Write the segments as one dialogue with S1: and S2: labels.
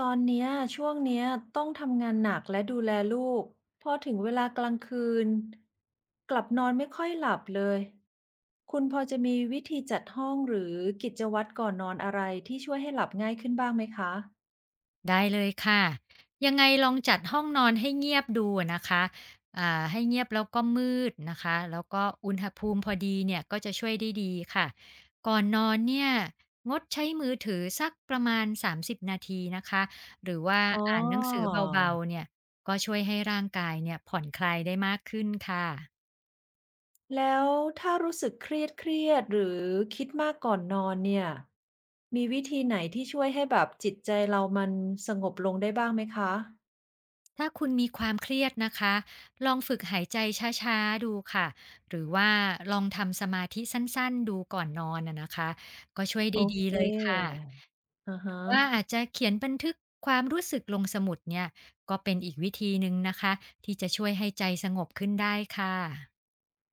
S1: ตอนเนี้ยช่วงเนี้ยต้องทำงานหนักและดูแลลูกพอถึงเวลากลางคืนกลับนอนไม่ค่อยหลับเลยคุณพอจะมีวิธีจัดห้องหรือกิจวัตรก่อนนอนอะไรที่ช่วยให้หลับง่ายขึ้นบ้างไหมคะ
S2: ได้เลยค่ะยังไงลองจัดห้องนอนให้เงียบดูอะนะคะให้เงียบแล้วก็มืดนะคะแล้วก็อุณหภูมิพอดีเนี่ยก็จะช่วยได้ดีค่ะก่อนนอนเนี่ยงดใช้มือถือสักประมาณ30นาทีนะคะหรือว่า
S1: อ๋อ
S2: อ่านหนังสือเบาๆเนี่ยก็ช่วยให้ร่างกายเนี่ยผ่อนคลายได้มากขึ้นค่ะ
S1: แล้วถ้ารู้สึกเครียดหรือคิดมากก่อนนอนเนี่ยมีวิธีไหนที่ช่วยให้แบบจิตใจเรามันสงบลงได้บ้างไหมคะ
S2: ถ้าคุณมีความเครียดนะคะ ลองฝึกหายใจช้าๆดูค่ะ หรือว่าลองทำสมาธิสั้นๆดูก่อนนอนนะคะ ก็ช่วย
S1: โอ
S2: ได้ดี
S1: เค
S2: เลยค่ะ
S1: อา
S2: ห
S1: ฮะ
S2: รือว่าอาจจะเขียนบันทึกความรู้สึกลงสมุดเนี่ยก็เป็นอีกวิธีหนึ่งนะคะที่จะช่วยให้ใจสงบขึ้นได้ค่ะ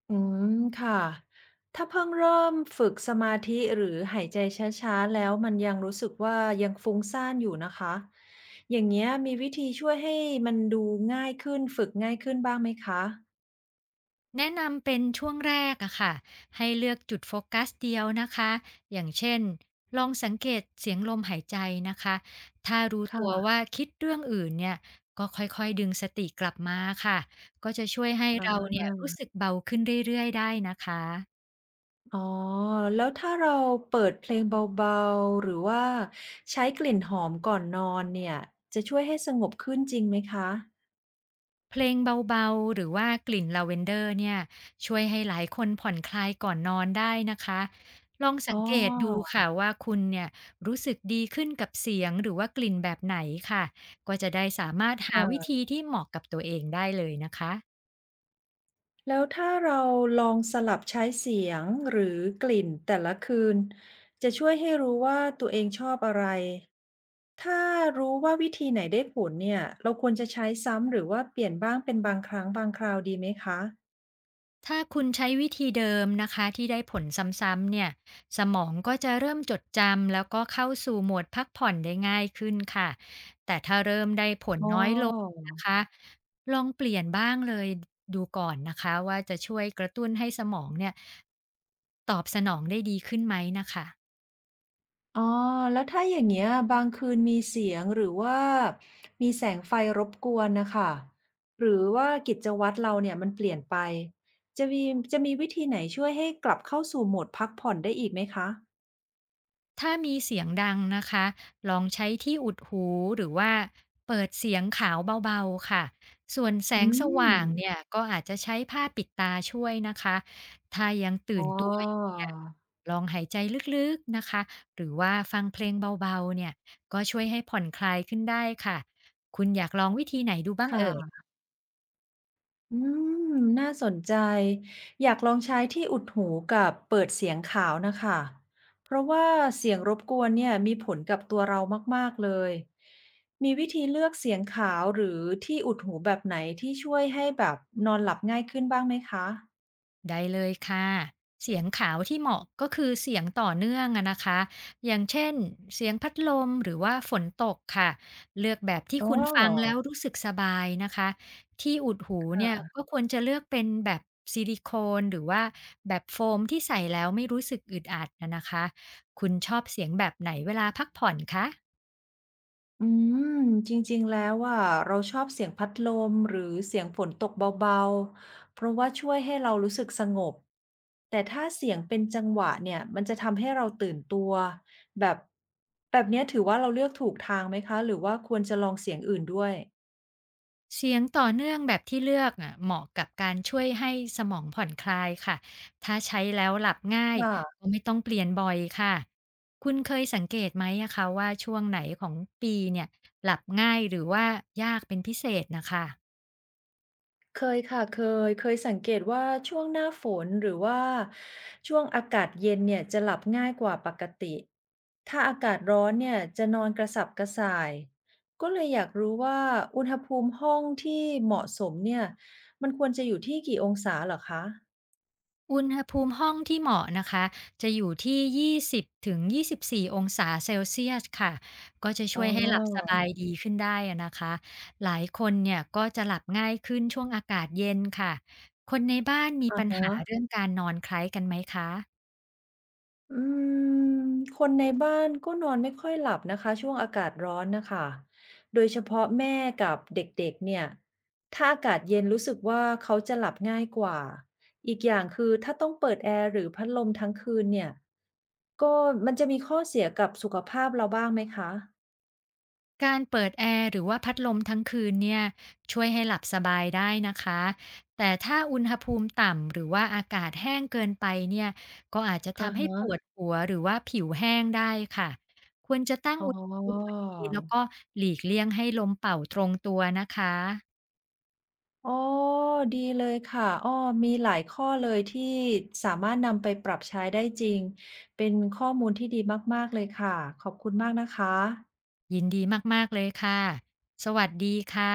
S1: อืมค่ะถ้าเพิ่งเริ่มฝึกสมาธิหรือหายใจช้าๆแล้วมันยังรู้สึกว่ายังฟุ้งซ่านอยู่นะคะอย่างเงี้ยมีวิธีช่วยให้มันดูง่ายขึ้นฝึกง่ายขึ้นบ้างไหมคะ
S2: แนะนำเป็นช่วงแรกอะค่ะให้เลือกจุดโฟกัสเดียวนะคะอย่างเช่นลองสังเกตเสียงลมหายใจนะคะถ้ารู้ตัว
S1: ค่ะ
S2: ว่าคิดเรื่องอื่นเนี่ยก็ค่อยๆดึงสติกลับมาค่ะก็จะช่วยให้
S1: อ่
S2: เรา
S1: า
S2: เนี่ยรู้สึกเบาขึ้นเรื่อยๆได้นะคะ
S1: อ๋อแล้วถ้าเราเปิดเพลงเบาๆหรือว่าใช้กลิ่นหอมก่อนนอนเนี่ยจะช่วยให้สงบขึ้นจริงไหมคะ
S2: เพลงเบาๆหรือว่ากลิ่นลาเวนเดอร์เนี่ยช่วยให้หลายคนผ่อนคลายก่อนนอนได้นะคะลองสั
S1: อ๋
S2: ง
S1: อ
S2: เกตดูค่ะว่าคุณเนี่ยรู้สึกดีขึ้นกับเสียงหรือว่ากลิ่นแบบไหนค่ะก็จะได้สามารถหาวิ
S1: ค่ะ
S2: ธีที่เหมาะกับตัวเองได้เลยนะคะ
S1: แล้วถ้าเราลองสลับใช้เสียงหรือกลิ่นแต่ละคืนจะช่วยให้รู้ว่าตัวเองชอบอะไร ถ้ารู้ว่าวิธีไหนได้ผลเนี่ยเราควรจะใช้ซ้ำหรือว่าเปลี่ยนบ้างเป็นบางครั้งบางคราวดีไหมคะ
S2: ถ้าคุณใช้วิธีเดิมนะคะที่ได้ผลซ้ำๆเนี่ยสมองก็จะเริ่มจดจำแล้วก็เข้าสู่โหมดพักผ่อนได้ง่ายขึ้นค่ะแต่ถ้าเริ่มได้ผล
S1: อ๋อ
S2: น้อยลงนะคะลองเปลี่ยนบ้างเลยดูก่อนนะคะว่าจะช่วยกระตุ้นให้สมองเนี่ยตอบสนองได้ดีขึ้นไหมนะคะ
S1: อ๋อแล้วถ้าอย่างเงี้ยบางคืนมีเสียงหรือว่ามีแสงไฟรบกวนนะคะหรือว่ากิจวัตรเราเนี่ยมันเปลี่ยนไป จะมีจะมีวิธีไหนช่วยให้กลับเข้าสู่โหมดพักผ่อนได้อีกไหมคะ
S2: ถ้ามีเสียงดังนะคะ ลองใช้ที่อุดหูหรือว่าเปิดเสียงขาวเบาๆค่ะส่วนแส
S1: อื
S2: งสว่างเนี่
S1: ม
S2: ยก็อาจจะใช้ผ้าปิดตาช่วยนะคะถ้ายัง
S1: อ๋
S2: ตื่
S1: อ
S2: นตัวอยู่เนี่ยลองหายใจลึกๆนะคะหรือว่าฟังเพลงเบาๆเนี่ยก็ช่วยให้ผ่อนคลายขึ้นได้ค่ะ คุณอยากลองวิธีไหนดูบ้างเอ่ย
S1: ค่ะ อืม น่าสนใจ อยากลองใช้ที่อุดหูกับเปิดเสียงขาวนะคะ เพราะว่าเสียงรบกวนเนี่ยมีผลกับตัวเรามากๆเลย มีวิธีเลือกเสียงขาวหรือที่อุดหูแบบไหนที่ช่วยให้แบบนอนหลับง่ายขึ้นบ้างไหมคะ
S2: ได้เลยค่ะเสียงขาวที่เหมาะก็คือเสียงต่อเนื่องอะนะคะอย่างเช่นเสียงพัดลมหรือว่าฝนตกค่ะเลือกแบบที่
S1: อ๋อ
S2: คุณฟังแล้วรู้สึกสบายนะคะที่อุดหูเนี่ย
S1: ค่ะ
S2: ก็ควรจะเลือกเป็นแบบซิลิโคนหรือว่าแบบโฟมที่ใส่แล้วไม่รู้สึกอึดอัดนะคะคุณชอบเสียงแบบไหนเวลาพักผ่อนคะ
S1: อืมจริงๆ แล้วอะเราชอบเสียงพัดลมหรือเสียงฝนตกเบาๆ เพราะว่าช่วยให้เรารู้สึกสงบ แต่ถ้าเสียงเป็นจังหวะเนี่ยมันจะทำให้เราตื่นตัวแบบแบบเนี้ยถือว่าเราเลือกถูกทางไหมคะหรือว่าควรจะลองเสียงอื่นด้วย
S2: เสียงต่อเนื่องแบบที่เลือกอะเหมาะกับการช่วยให้สมองผ่อนคลายค่ะ ถ้าใช้แล้วหลับง่า
S1: ค
S2: ย
S1: ่ะ
S2: ก็ไม่ต้องเปลี่ยนบ่อยค่ะ คุณเคยสังเกตไหมอะคะว่าช่วงไหนของปีเนี่ยหลับง่ายหรือว่ายากเป็นพิเศษนะคะ
S1: เคยค่ะเคยสังเกตว่าช่วงหน้าฝนหรือว่าช่วงอากาศเย็นเนี่ยจะหลับง่ายกว่าปกติถ้าอากาศร้อนเนี่ยจะนอนกระสับกระส่ายก็เลยอยากรู้ว่าอุณหภูมิห้องที่เหมาะสมเนี่ยมันควรจะอยู่ที่กี่องศาเหรอคะ
S2: อุณหภูมิห้องที่เหมาะนะคะจะอยู่ที่20ถึง24องศาเซลเซียสค่ะก็จะ
S1: อ๋
S2: ช่
S1: อ
S2: วยให้หลับสบายดีขึ้นได้อะนะคะหลายคนเนี่ยก็จะหลับง่ายขึ้นช่วงอากาศเย็นค่ะคนในบ้านมี
S1: อะ
S2: ปัญ
S1: ฮะ
S2: หาเรื่องการนอนคล้ายกันไหมคะ
S1: อืมคนในบ้านก็นอนไม่ค่อยหลับนะคะช่วงอากาศร้อนนะคะโดยเฉพาะแม่กับเด็กๆเนี่ยถ้าอากาศเย็นรู้สึกว่าเขาจะหลับง่ายกว่าอีกอย่างคือถ้าต้องเปิดแอร์หรือพัดลมทั้งคืนเนี่ยก็มันจะมีข้อเสียกับสุขภาพเราบ้างไหมคะ
S2: การเปิดแอร์หรือว่าพัดลมทั้งคืนเนี่ยช่วยให้หลับสบายได้นะคะแต่ถ้าอุณหภูมิต่ำหรือว่าอากาศแห้งเกินไปเนี่ยก็อาจจะ
S1: อ่า
S2: ทำให้ปวด
S1: ฮะ
S2: หัวหรือว่าผิวแห้งได้ค่ะควรจะตั้ง
S1: อ๋
S2: อุณหภูมิพอ
S1: อ
S2: ดีแล้วก็หลีกเลี่ยงให้ลมเป่าตรงตัวนะคะ
S1: อ๋อดีเลยค่ะอ้อมีหลายข้อเลยที่สามารถนำไปปรับใช้ได้จริงเป็นข้อมูลที่ดีมากๆเลยค่ะขอบคุณมากนะคะ
S2: ยินดีมากๆเลยค่ะสวัสดีค่ะ